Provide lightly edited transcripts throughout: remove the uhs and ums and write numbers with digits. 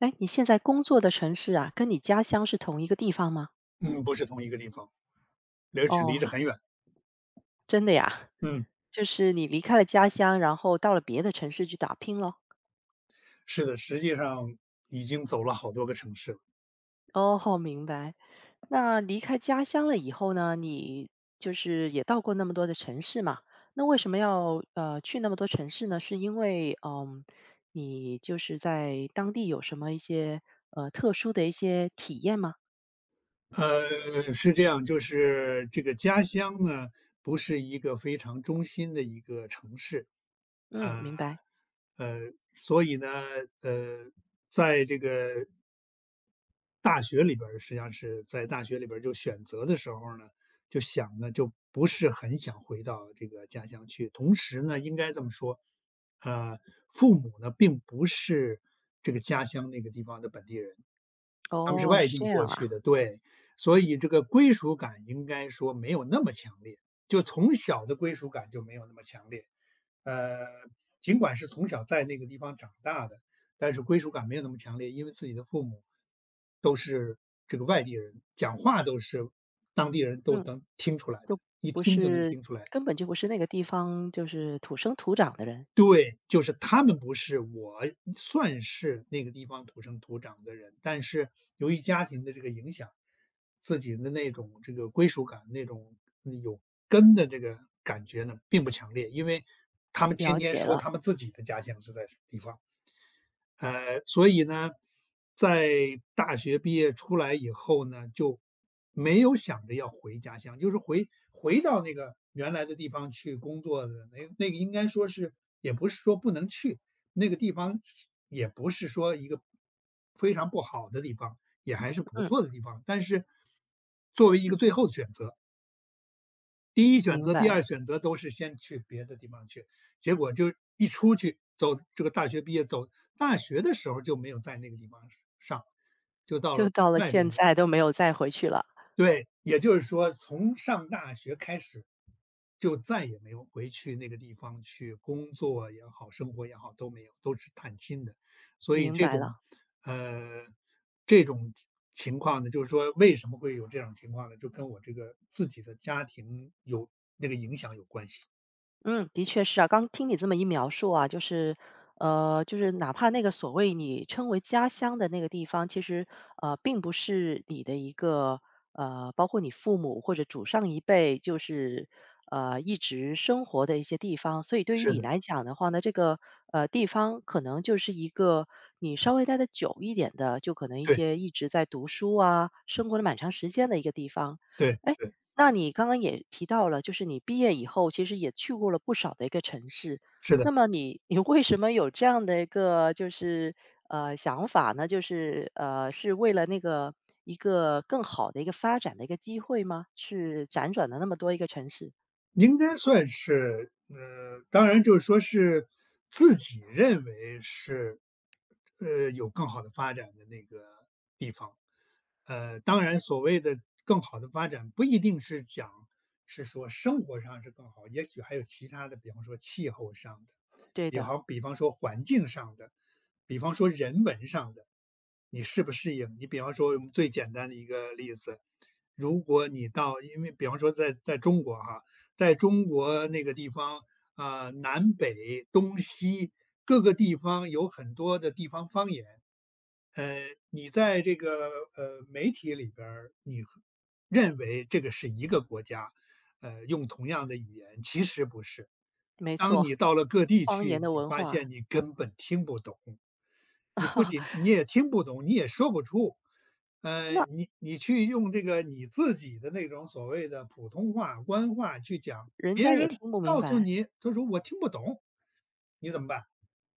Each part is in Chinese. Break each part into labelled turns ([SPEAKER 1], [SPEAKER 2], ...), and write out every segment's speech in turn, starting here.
[SPEAKER 1] 哎，你现在工作的城市啊，跟你家乡是同一个地方吗？
[SPEAKER 2] 嗯，不是同一个地方，而且离
[SPEAKER 1] 哦，
[SPEAKER 2] 着很远。
[SPEAKER 1] 真的呀，
[SPEAKER 2] 嗯，
[SPEAKER 1] 就是你离开了家乡，然后到了别的城市去打拼咯。
[SPEAKER 2] 是的，实际上已经走了好多个城市了。
[SPEAKER 1] 哦，明白。那离开家乡了以后呢，你就是也到过那么多的城市嘛？那为什么要去那么多城市呢？是因为你就是在当地有什么一些特殊的一些体验吗？
[SPEAKER 2] 是这样，就是这个家乡呢，不是一个非常中心的一个城市。
[SPEAKER 1] 嗯，
[SPEAKER 2] 呃，
[SPEAKER 1] 明白。
[SPEAKER 2] 所以呢，呃，在这个大学里边儿实际上是在大学里边儿就选择的时候儿呢，就想呢，就不是很想回到这个家乡去。同时呢，应该这么说，呃，父母呢并不是这个家乡那个地方的本地人，他们是
[SPEAKER 1] 哦，
[SPEAKER 2] 外
[SPEAKER 1] 是这
[SPEAKER 2] 地
[SPEAKER 1] 样
[SPEAKER 2] 过
[SPEAKER 1] 啊。
[SPEAKER 2] 去的，对，所以这个归属感应该说没有那么强烈，就从小的归属感就没有那么强烈。呃，尽管是从小在那个地方长大的，但是归属感没有那么强烈，因为自己的父母都是这个外地人，讲话都是当地人都
[SPEAKER 1] 嗯。
[SPEAKER 2] 能听出来的，一
[SPEAKER 1] 不
[SPEAKER 2] 听就能
[SPEAKER 1] 是
[SPEAKER 2] 听出来。
[SPEAKER 1] 根本就不是那个地方就是土生土长的人。
[SPEAKER 2] 对，就是他们不是我算是那个地方土生土长的人，但是由于家庭的这个影响，自己的那种这个归属感、那种有根的这个感觉呢，并不强烈，因为他们天
[SPEAKER 1] 了
[SPEAKER 2] 天
[SPEAKER 1] 解
[SPEAKER 2] 说
[SPEAKER 1] 了，
[SPEAKER 2] 他们自己的家乡是在什么地方。所以呢，在大学毕业出来以后呢，就没有想着要回家乡，就是回到那个原来的地方去工作的那个应该说是也不是说不能去，那个地方是也不是说一个非常不好的地方，也还是不
[SPEAKER 1] 嗯，
[SPEAKER 2] 错的地方，但是作为一个最后的选择，第一选
[SPEAKER 1] 明
[SPEAKER 2] 择、第二
[SPEAKER 1] 白，
[SPEAKER 2] 选择都是先去别的地方去，结果就一出去走这个大学毕业走大学的时候就没有在那个地方上，就到
[SPEAKER 1] 就
[SPEAKER 2] 了
[SPEAKER 1] 到了
[SPEAKER 2] 外
[SPEAKER 1] 现
[SPEAKER 2] 边的。
[SPEAKER 1] 在都没有再回去了，
[SPEAKER 2] 对，也就是说从上大学开始，就再也没有回去那个地方去工作也好，生活也好，都没有，都是探亲的。所以
[SPEAKER 1] 明白了。
[SPEAKER 2] 呃，这种情况呢，就是说为什么会有这种情况呢？就跟我这个自己的家庭有那个影响有关系。
[SPEAKER 1] 嗯，的确是啊。刚听你这么一描述啊，就是，就是哪怕那个所谓你称为家乡的那个地方，其实并不是你的一个包括你父母或者祖上一辈，就是一直生活的一些地方。所以对于
[SPEAKER 2] 是
[SPEAKER 1] 你
[SPEAKER 2] 的，
[SPEAKER 1] 来讲的话呢，这个地方可能就是一个你稍微待的久一点的，就可能一
[SPEAKER 2] 对
[SPEAKER 1] 些一直在读书啊，生活了蛮长时间的一个地方。
[SPEAKER 2] 对
[SPEAKER 1] 哎，
[SPEAKER 2] 对，
[SPEAKER 1] 那你刚刚也提到了，就是你毕业以后，其实也去过了不少的一个城市。
[SPEAKER 2] 是
[SPEAKER 1] 那
[SPEAKER 2] 的。
[SPEAKER 1] 么你为什么有这样的一个就是想法呢？就是是为了那个一个更好的一个发展的一个机会吗？是辗转了那么多一个城市？
[SPEAKER 2] 应该算是，当然就是说是自己认为是，有更好的发展的那个地方。当然所谓的更好的发展，不一定是讲是说生活上是更好，也许还有其他的，比方说气候上的，
[SPEAKER 1] 对
[SPEAKER 2] 比
[SPEAKER 1] 的，
[SPEAKER 2] 方比方说环境上的，比方说人文上的，你适不适应？你比方说我们最简单的一个例子，如果你到，因为比方说在中国哈、在中国那个地方啊、南北东西各个地方有很多的地方方言。呃，你在这个媒体里边儿，你和认为这个是一个国家，用同样的语言，其实不是。
[SPEAKER 1] 没
[SPEAKER 2] 当你
[SPEAKER 1] 错，
[SPEAKER 2] 到了各地
[SPEAKER 1] 方言
[SPEAKER 2] 去，
[SPEAKER 1] 的
[SPEAKER 2] 你
[SPEAKER 1] 文
[SPEAKER 2] 发
[SPEAKER 1] 化，
[SPEAKER 2] 现你根本听不懂。你不仅 你也听不懂，你也说不出，
[SPEAKER 1] 那
[SPEAKER 2] 你去用这个你自己的那种所谓的普通话、官话去讲，
[SPEAKER 1] 人
[SPEAKER 2] 别
[SPEAKER 1] 家也
[SPEAKER 2] 人
[SPEAKER 1] 听不明
[SPEAKER 2] 告诉
[SPEAKER 1] 白，
[SPEAKER 2] 你，他说我听不懂，你怎么办？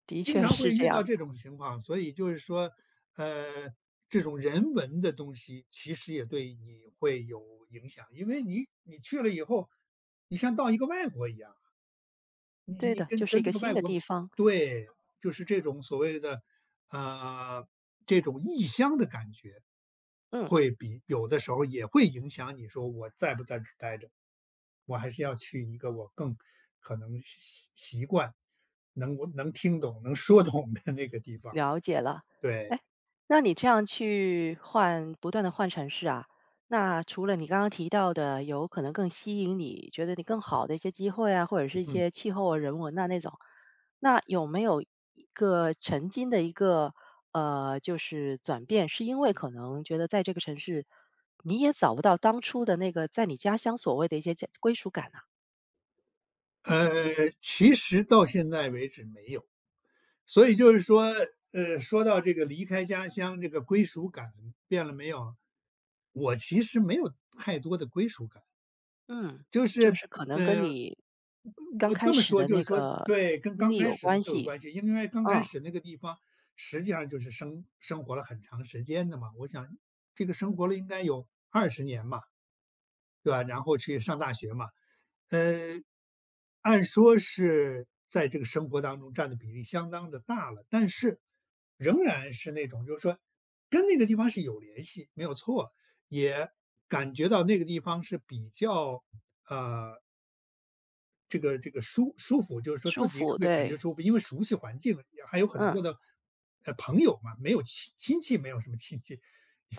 [SPEAKER 1] 的
[SPEAKER 2] 经
[SPEAKER 1] 确
[SPEAKER 2] 常
[SPEAKER 1] 是
[SPEAKER 2] 会
[SPEAKER 1] 这
[SPEAKER 2] 遇
[SPEAKER 1] 样
[SPEAKER 2] 到这
[SPEAKER 1] 的。
[SPEAKER 2] 种情况，所以就是说，呃，这种人文的东西其实也对你会有影响，因为你去了以后，你像到一个外国一样。你
[SPEAKER 1] 对
[SPEAKER 2] 你
[SPEAKER 1] 的，就
[SPEAKER 2] 跟
[SPEAKER 1] 是一
[SPEAKER 2] 跟
[SPEAKER 1] 个
[SPEAKER 2] 这个
[SPEAKER 1] 新
[SPEAKER 2] 外
[SPEAKER 1] 的
[SPEAKER 2] 国
[SPEAKER 1] 地方，
[SPEAKER 2] 对，就是这种所谓的，呃，这种异乡的感觉，
[SPEAKER 1] 嗯。
[SPEAKER 2] 会比有的时候也会影响你说我在不在这儿待着，我还是要去一个我更可能习惯，能我能听懂、能说懂的那个地方。
[SPEAKER 1] 了解了，
[SPEAKER 2] 对，
[SPEAKER 1] 哎，那你这样去换不断的换城市啊，那除了你刚刚提到的有可能更吸引你，觉得你更好的一些机会啊，或者是一
[SPEAKER 2] 嗯，
[SPEAKER 1] 些气候啊、人文啊那种，那有没有一个曾经的一个，就是转变，是因为可能觉得在这个城市，你也找不到当初的那个在你家乡所谓的一些家归属感啊？
[SPEAKER 2] 呃，其实到现在为止没有。所以就是说，说到这个离开家乡，这个归属感变了没有？我其实没有太多的归属感，
[SPEAKER 1] 嗯，
[SPEAKER 2] 就
[SPEAKER 1] 就
[SPEAKER 2] 是，
[SPEAKER 1] 是可能跟
[SPEAKER 2] 呃，
[SPEAKER 1] 你刚
[SPEAKER 2] 我
[SPEAKER 1] 开
[SPEAKER 2] 这么
[SPEAKER 1] 始
[SPEAKER 2] 说
[SPEAKER 1] 的
[SPEAKER 2] 就
[SPEAKER 1] 那
[SPEAKER 2] 是说，
[SPEAKER 1] 个
[SPEAKER 2] 对，跟
[SPEAKER 1] 经
[SPEAKER 2] 刚
[SPEAKER 1] 历
[SPEAKER 2] 开
[SPEAKER 1] 有
[SPEAKER 2] 始的
[SPEAKER 1] 关
[SPEAKER 2] 就有
[SPEAKER 1] 系，
[SPEAKER 2] 关系，因为刚开
[SPEAKER 1] 嗯。
[SPEAKER 2] 始那个地方实际上就是生活了很长时间的嘛，我想这个生活了应该有20年嘛，对吧？然后去上大学嘛，呃，按说是在这个生活当中占的比例相当的大了，但是仍然是那种就是说跟那个地方是有联系，没有错，也感觉到那个地方是比较，呃，这个舒服，就是说
[SPEAKER 1] 舒
[SPEAKER 2] 自己
[SPEAKER 1] 服，
[SPEAKER 2] 会感觉
[SPEAKER 1] 对，
[SPEAKER 2] 舒服，因为熟悉环境，也还有很
[SPEAKER 1] 嗯，
[SPEAKER 2] 多的，朋友嘛，没有亲戚没有什么亲戚，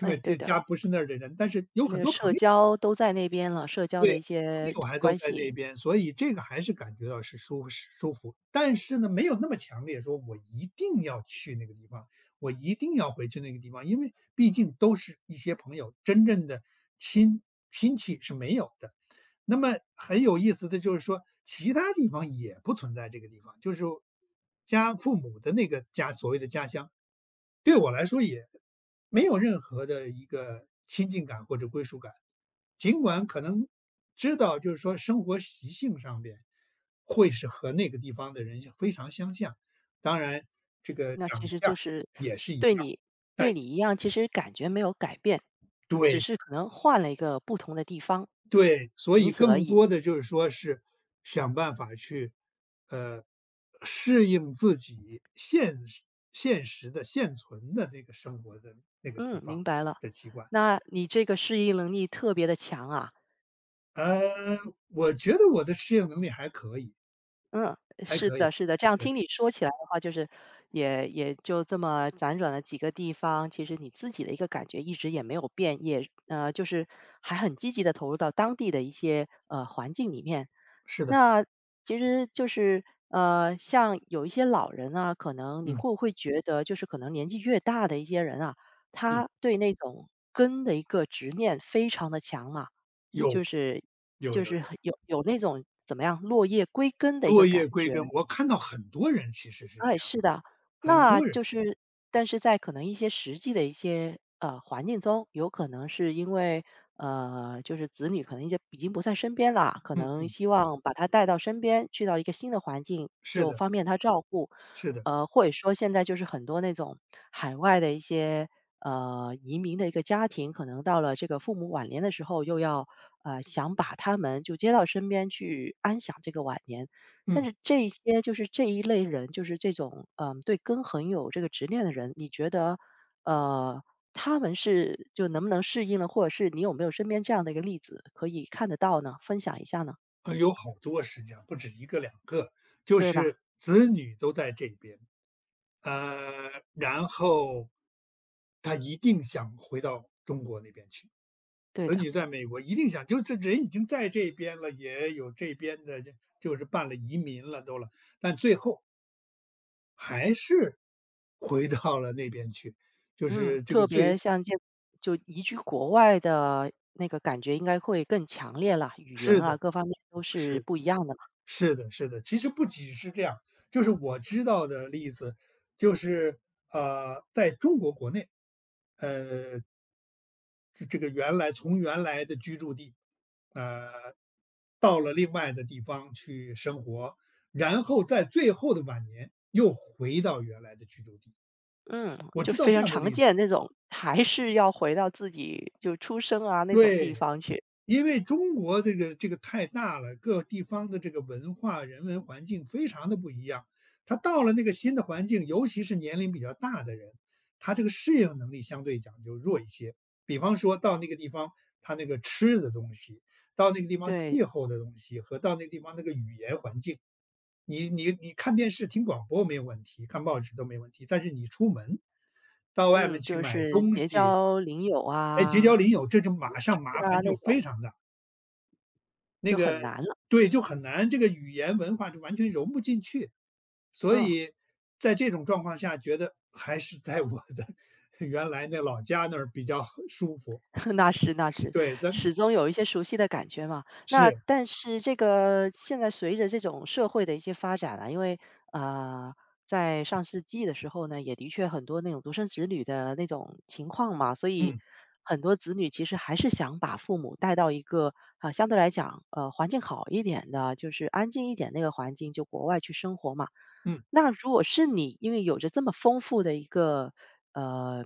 [SPEAKER 2] 因为
[SPEAKER 1] 对
[SPEAKER 2] 这
[SPEAKER 1] 的，
[SPEAKER 2] 家不是那儿的人，但是有
[SPEAKER 1] 就那
[SPEAKER 2] 很
[SPEAKER 1] 个
[SPEAKER 2] 多朋
[SPEAKER 1] 社
[SPEAKER 2] 友。
[SPEAKER 1] 交都在那边了，社交
[SPEAKER 2] 对，
[SPEAKER 1] 的一
[SPEAKER 2] 朋
[SPEAKER 1] 些
[SPEAKER 2] 友还都
[SPEAKER 1] 关
[SPEAKER 2] 在
[SPEAKER 1] 系，
[SPEAKER 2] 那边，所以这个还是感觉到是舒服。但是呢，没有那么强烈说我一定要去那个地方，我一定要回去那个地方，因为毕竟都是一些朋友，真正的亲亲戚是没有的。那么很有意思的就是说，其他地方也不存在这个地方，就是家父母的那个家，所谓的家乡，对我来说也没有任何的一个亲近感或者归属感，尽管可能知道，就是说生活习性上面会是和那个地方的人非常相像，当然这个
[SPEAKER 1] 那其
[SPEAKER 2] 长
[SPEAKER 1] 实
[SPEAKER 2] 相
[SPEAKER 1] 就是
[SPEAKER 2] 也是一
[SPEAKER 1] 对
[SPEAKER 2] 样，
[SPEAKER 1] 你
[SPEAKER 2] 但
[SPEAKER 1] 对你一样，其实感觉没有改变，只
[SPEAKER 2] 对
[SPEAKER 1] 是可能换了一个不同的地方，
[SPEAKER 2] 对，所
[SPEAKER 1] 仅
[SPEAKER 2] 以
[SPEAKER 1] 此而
[SPEAKER 2] 更
[SPEAKER 1] 已。
[SPEAKER 2] 多的就是说是想办法去呃适应自己现存的那个生活的那个地
[SPEAKER 1] 嗯，明
[SPEAKER 2] 方
[SPEAKER 1] 白了。
[SPEAKER 2] 的习惯。
[SPEAKER 1] 那你这个适应能力特别的强啊。
[SPEAKER 2] 呃，我觉得我的适应能力还可以，
[SPEAKER 1] 嗯，
[SPEAKER 2] 还
[SPEAKER 1] 是
[SPEAKER 2] 可
[SPEAKER 1] 的，
[SPEAKER 2] 以。
[SPEAKER 1] 是的，这样
[SPEAKER 2] 对，
[SPEAKER 1] 听你说起来的话，就是也就这么辗转了几个地方，其实你自己的一个感觉一直也没有变，也就是还很积极的投入到当地的一些环境里面。
[SPEAKER 2] 是的，
[SPEAKER 1] 那其实就是像有一些老人啊，可能你会
[SPEAKER 2] 嗯，
[SPEAKER 1] 不会觉得，就是可能年纪越大的一些人啊，
[SPEAKER 2] 嗯，
[SPEAKER 1] 他对那种根的一个执念非常的强嘛？
[SPEAKER 2] 有，
[SPEAKER 1] 就是
[SPEAKER 2] 有有有，
[SPEAKER 1] 很有有那种怎么样，落叶归根的一个
[SPEAKER 2] 落
[SPEAKER 1] 感
[SPEAKER 2] 叶归
[SPEAKER 1] 觉。
[SPEAKER 2] 根，我看到很多人其实是这
[SPEAKER 1] 哎，
[SPEAKER 2] 样
[SPEAKER 1] 是
[SPEAKER 2] 的，
[SPEAKER 1] 的。
[SPEAKER 2] 很
[SPEAKER 1] 那
[SPEAKER 2] 多人
[SPEAKER 1] 就
[SPEAKER 2] 的，
[SPEAKER 1] 是但是在可能一些实际的一些，环境中，有可能是因为，就是子女可能已经不在身边啦，可
[SPEAKER 2] 嗯
[SPEAKER 1] 能
[SPEAKER 2] 嗯，
[SPEAKER 1] 希望把他带到身边，去到一个新的环境，
[SPEAKER 2] 是
[SPEAKER 1] 就
[SPEAKER 2] 的，
[SPEAKER 1] 方便他照顾。
[SPEAKER 2] 是的，
[SPEAKER 1] 或者说现在就是很多那种海外的一些，移民的一个家庭，可能到了这个父母晚年的时候，又要，想把他们就接到身边去安享这个晚年。但
[SPEAKER 2] 嗯，
[SPEAKER 1] 是这些就是这一类人，就是这种，嗯，对根很有这个执念的人，你觉得，呃，他们是就能不能适应了，或者是你有没有身边这样的一个例子可以看得到呢？分享一下呢？
[SPEAKER 2] 有好多实际上不止一个两个，就
[SPEAKER 1] 对吧？
[SPEAKER 2] 是子女都在这边，然后他一定想回到中国那边去。
[SPEAKER 1] 对
[SPEAKER 2] 子
[SPEAKER 1] 的，
[SPEAKER 2] 女在美国一定想，就这人已经在这边了，也有这边的，就是办了移民了，都了，但最后还是回到了那边去，就
[SPEAKER 1] 嗯，
[SPEAKER 2] 是这个
[SPEAKER 1] 特别
[SPEAKER 2] 最
[SPEAKER 1] 像这就移居国外的那个感觉应该会更强烈啦，语言
[SPEAKER 2] 是的，
[SPEAKER 1] 啊各方面都是
[SPEAKER 2] 是
[SPEAKER 1] 不一样的嘛。
[SPEAKER 2] 是的，是的。其实不仅是这样，就是我知道的例子，就是在中国国内，呃，这个原来从原来的居住地，呃，到了另外的地方去生活，然后在最后的晚年又回到原来的居住地。
[SPEAKER 1] 嗯，
[SPEAKER 2] 我
[SPEAKER 1] 就
[SPEAKER 2] 知道
[SPEAKER 1] 非
[SPEAKER 2] 这
[SPEAKER 1] 常
[SPEAKER 2] 样的
[SPEAKER 1] 常
[SPEAKER 2] 例子，
[SPEAKER 1] 见那种，还是要回到自己就出生啊那种地
[SPEAKER 2] 对。
[SPEAKER 1] 方去。
[SPEAKER 2] 因为中国这个太大了，各地方的这个文化、人文环境非常的不一样。他到了那个新的环境，尤其是年龄比较大的人，他这个适应能力相对讲就弱一些。比方说到那个地方，他那个吃的东西，到那个地方
[SPEAKER 1] 对，
[SPEAKER 2] 气候的东西，和到那个地方那个语言环境，你看电视、听广播没有问题，看报纸都没问题，但是你出门到外
[SPEAKER 1] 嗯，
[SPEAKER 2] 面去
[SPEAKER 1] 就
[SPEAKER 2] 买
[SPEAKER 1] 是
[SPEAKER 2] 东
[SPEAKER 1] 结
[SPEAKER 2] 西，
[SPEAKER 1] 交邻友
[SPEAKER 2] 哎，结交
[SPEAKER 1] 啊，
[SPEAKER 2] 邻友，这就马
[SPEAKER 1] 是
[SPEAKER 2] 上麻
[SPEAKER 1] 啊，
[SPEAKER 2] 烦
[SPEAKER 1] 那
[SPEAKER 2] 就非
[SPEAKER 1] 种
[SPEAKER 2] 常大。那
[SPEAKER 1] 就很
[SPEAKER 2] 个
[SPEAKER 1] 难了。
[SPEAKER 2] 对，就很难，这个语言文化就完全融不进去。所
[SPEAKER 1] 嗯，
[SPEAKER 2] 以在这种状况下，觉得还是在我的 原来那老家那儿比较合舒服。
[SPEAKER 1] 那是那是，
[SPEAKER 2] 对，咱
[SPEAKER 1] 始终有一些熟悉的感觉嘛。那
[SPEAKER 2] 是，
[SPEAKER 1] 但是这个现在随着这种社会的一些发展啊，因为啊在上世纪的时候呢，也的确很多那种独生子女的那种情况嘛，所以
[SPEAKER 2] 嗯
[SPEAKER 1] 很多子女其实还是想把父母带到一个啊、相对来讲环境好一点的，就是安静一点那个环境，就国外去生活嘛。
[SPEAKER 2] 嗯
[SPEAKER 1] 那如果是你，因为有着这么丰富的一个呃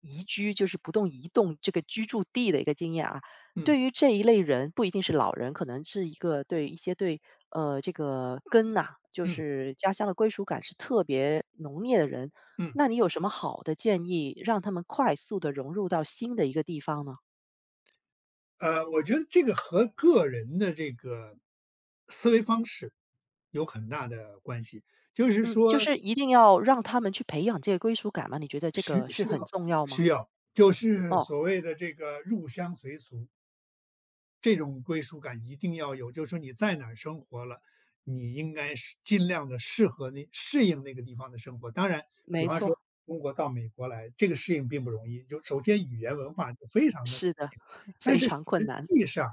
[SPEAKER 1] 移居，就是不动移动这个居住地的一个经验啊，
[SPEAKER 2] 嗯
[SPEAKER 1] 对于这一类人，不一定是老人，可能是一个对一些对这个根呐、就
[SPEAKER 2] 嗯
[SPEAKER 1] 是家乡的归属感是特别浓烈的人，
[SPEAKER 2] 嗯，
[SPEAKER 1] 那你有什么好的建议，让他们快速的融入到新的一个地方呢？
[SPEAKER 2] 我觉得这个和个人的这个思维方式有很大的关系。就是
[SPEAKER 1] 嗯，就
[SPEAKER 2] 说
[SPEAKER 1] 是一定要让他们去培养这个归属感吗？你觉得这
[SPEAKER 2] 需
[SPEAKER 1] 个是
[SPEAKER 2] 需
[SPEAKER 1] 很
[SPEAKER 2] 要
[SPEAKER 1] 重要吗？
[SPEAKER 2] 需要，就是
[SPEAKER 1] 哦，
[SPEAKER 2] 所谓的这个入乡随俗。这种归属感一定要有，就是说你在哪儿生活了，你应该是尽量的适应那个地方的生活。当然，比
[SPEAKER 1] 没
[SPEAKER 2] 方说
[SPEAKER 1] 错，
[SPEAKER 2] 中国到美国来，这个适应并不容易，就首先语言文化就非常的。
[SPEAKER 1] 是的，
[SPEAKER 2] 但
[SPEAKER 1] 非
[SPEAKER 2] 是实
[SPEAKER 1] 常困难。
[SPEAKER 2] 际上，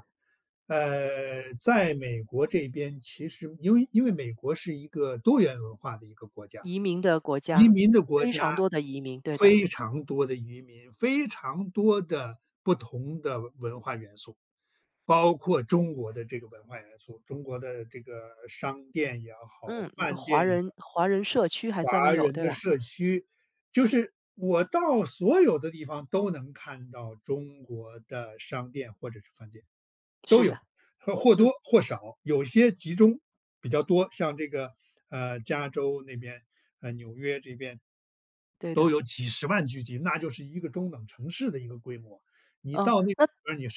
[SPEAKER 2] 在美国这边其实因为美国是一个多元文化的一个国家，
[SPEAKER 1] 移民的国
[SPEAKER 2] 移
[SPEAKER 1] 家，
[SPEAKER 2] 民的国
[SPEAKER 1] 非
[SPEAKER 2] 家，
[SPEAKER 1] 常多的移民，对的。
[SPEAKER 2] 非常多的移民，非常多的不同的文化元素。包括中国的这个文化元素，中国的这个商店也好，
[SPEAKER 1] 嗯，有
[SPEAKER 2] 饭
[SPEAKER 1] 华
[SPEAKER 2] 店也
[SPEAKER 1] 人华人社
[SPEAKER 2] 好
[SPEAKER 1] 区还专门
[SPEAKER 2] 华
[SPEAKER 1] 有，
[SPEAKER 2] 人
[SPEAKER 1] 对
[SPEAKER 2] 的
[SPEAKER 1] 吧？
[SPEAKER 2] 社区，就是我到所有的地方都能看到中国的商店或者是饭店，都
[SPEAKER 1] 是
[SPEAKER 2] 有，
[SPEAKER 1] 的，
[SPEAKER 2] 或或
[SPEAKER 1] 嗯，
[SPEAKER 2] 多或少，有些集中比较多，像这个加州那边，纽约这边
[SPEAKER 1] 对
[SPEAKER 2] 都
[SPEAKER 1] 的。
[SPEAKER 2] 有几十万聚集，那就是一个中等城市的一个规模。你
[SPEAKER 1] 嗯，
[SPEAKER 2] 到那，
[SPEAKER 1] 那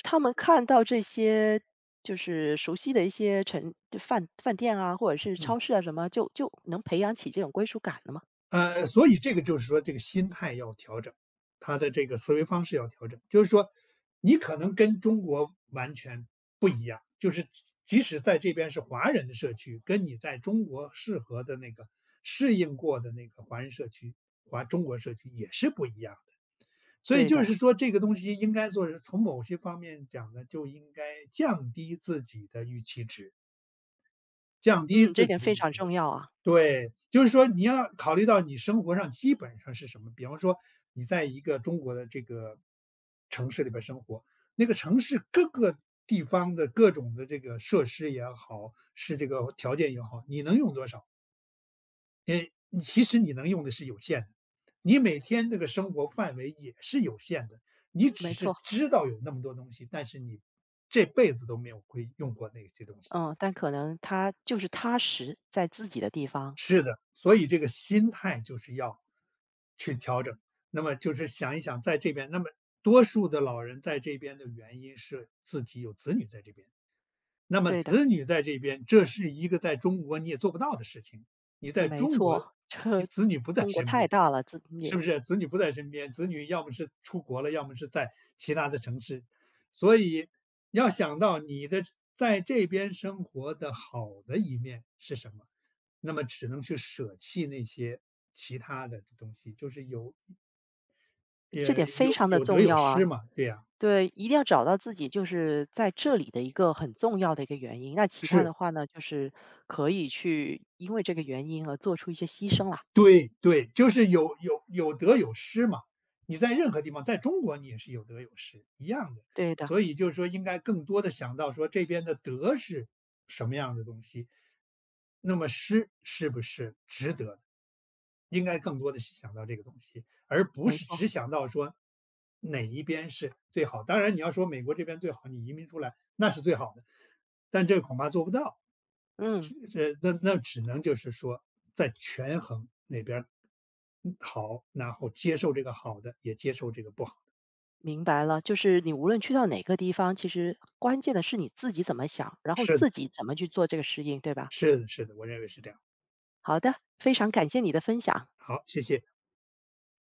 [SPEAKER 1] 他们看到这些就是熟悉的一些城就饭店啊，或者是
[SPEAKER 2] 嗯。
[SPEAKER 1] 超市啊什么，就能培养起这种归属感了吗？
[SPEAKER 2] 所以这个就是说，这个心态要调整，他的这个思维方式要调整。就是说，你可能跟中国完全不一样，就是即使在这边是华人的社区，跟你在中国适合的那个适应过的那个华人社区、华中国社区也是不一样的。所以
[SPEAKER 1] 对
[SPEAKER 2] 就
[SPEAKER 1] 的，
[SPEAKER 2] 是说，这个东西应该说是从某些方面讲呢，就应该降低自己的预期值，降低
[SPEAKER 1] 嗯，这
[SPEAKER 2] 自
[SPEAKER 1] 点
[SPEAKER 2] 己的
[SPEAKER 1] 非
[SPEAKER 2] 预期
[SPEAKER 1] 常
[SPEAKER 2] 值。
[SPEAKER 1] 重要啊，
[SPEAKER 2] 对，就是说你要考虑到你生活上基本上是什么，比方说你在一个中国的这个城市里边生活，那个城市各个地方的各种的这个设施也好，是这个条件也好，你能用多少？你其实你能用的是有限的，你每天那个生活范围也是有限的，你
[SPEAKER 1] 没
[SPEAKER 2] 只是
[SPEAKER 1] 错。
[SPEAKER 2] 知道有那么多东西，但是你这辈子都没有会用过那些东西。
[SPEAKER 1] 嗯，但可能他就是踏实在自己的地方，
[SPEAKER 2] 是的，所以这个心态就是要去调整。那么就是想一想，在这边，那么多数的老人在这边的原因是自己有子女在这边，那么
[SPEAKER 1] 对的，
[SPEAKER 2] 子女在这边，这是一个在中国你也做不到的事情。你在
[SPEAKER 1] 没
[SPEAKER 2] 中国，
[SPEAKER 1] 错，
[SPEAKER 2] 你
[SPEAKER 1] 这
[SPEAKER 2] 子女不在
[SPEAKER 1] 中国
[SPEAKER 2] 身
[SPEAKER 1] 太
[SPEAKER 2] 边，
[SPEAKER 1] 大了，自
[SPEAKER 2] 是
[SPEAKER 1] 也
[SPEAKER 2] 不是？子女不在身边，子女要么是出国了，要么是在其他的城市，所以要想到你的在这边生活的好的一面是什么。那么只能去舍弃那些其他的东西，就是有
[SPEAKER 1] 这
[SPEAKER 2] 呃，
[SPEAKER 1] 点非
[SPEAKER 2] 有
[SPEAKER 1] 常的
[SPEAKER 2] 有得
[SPEAKER 1] 重
[SPEAKER 2] 有
[SPEAKER 1] 要
[SPEAKER 2] 失
[SPEAKER 1] 啊。
[SPEAKER 2] 嘛，对呀，
[SPEAKER 1] 对，一定要找到自己就是在这里的一个很重要的一个原因，那其他
[SPEAKER 2] 是。
[SPEAKER 1] 的话呢，就是可以去因为这个原因而做出一些牺牲啦。
[SPEAKER 2] 对对，就是有得有失嘛。你在任何地方，在中国你也是有得有失，一样的。
[SPEAKER 1] 对的，
[SPEAKER 2] 所以就是说，应该更多的想到说这边的得是什么样的东西，那么失是不是值得的？应该更多的是想到这个东西，而不
[SPEAKER 1] 没
[SPEAKER 2] 是
[SPEAKER 1] 错，
[SPEAKER 2] 只想到说哪一边是最好。当然，你要说美国这边最好，你移民出来那是最好的，但这个恐怕做不到。
[SPEAKER 1] 嗯，
[SPEAKER 2] 这那只能就是说在权衡哪边儿好，然后接受这个好的，也接受这个不好。
[SPEAKER 1] 明白了。就是你无论去到哪个地方，其实关键的是你自己怎么想，然后
[SPEAKER 2] 是的，
[SPEAKER 1] 自己怎么去做这个适应，对吧？
[SPEAKER 2] 是的，是的，我认为是这样。
[SPEAKER 1] 好的，非常感谢你的分享。
[SPEAKER 2] 好，谢谢。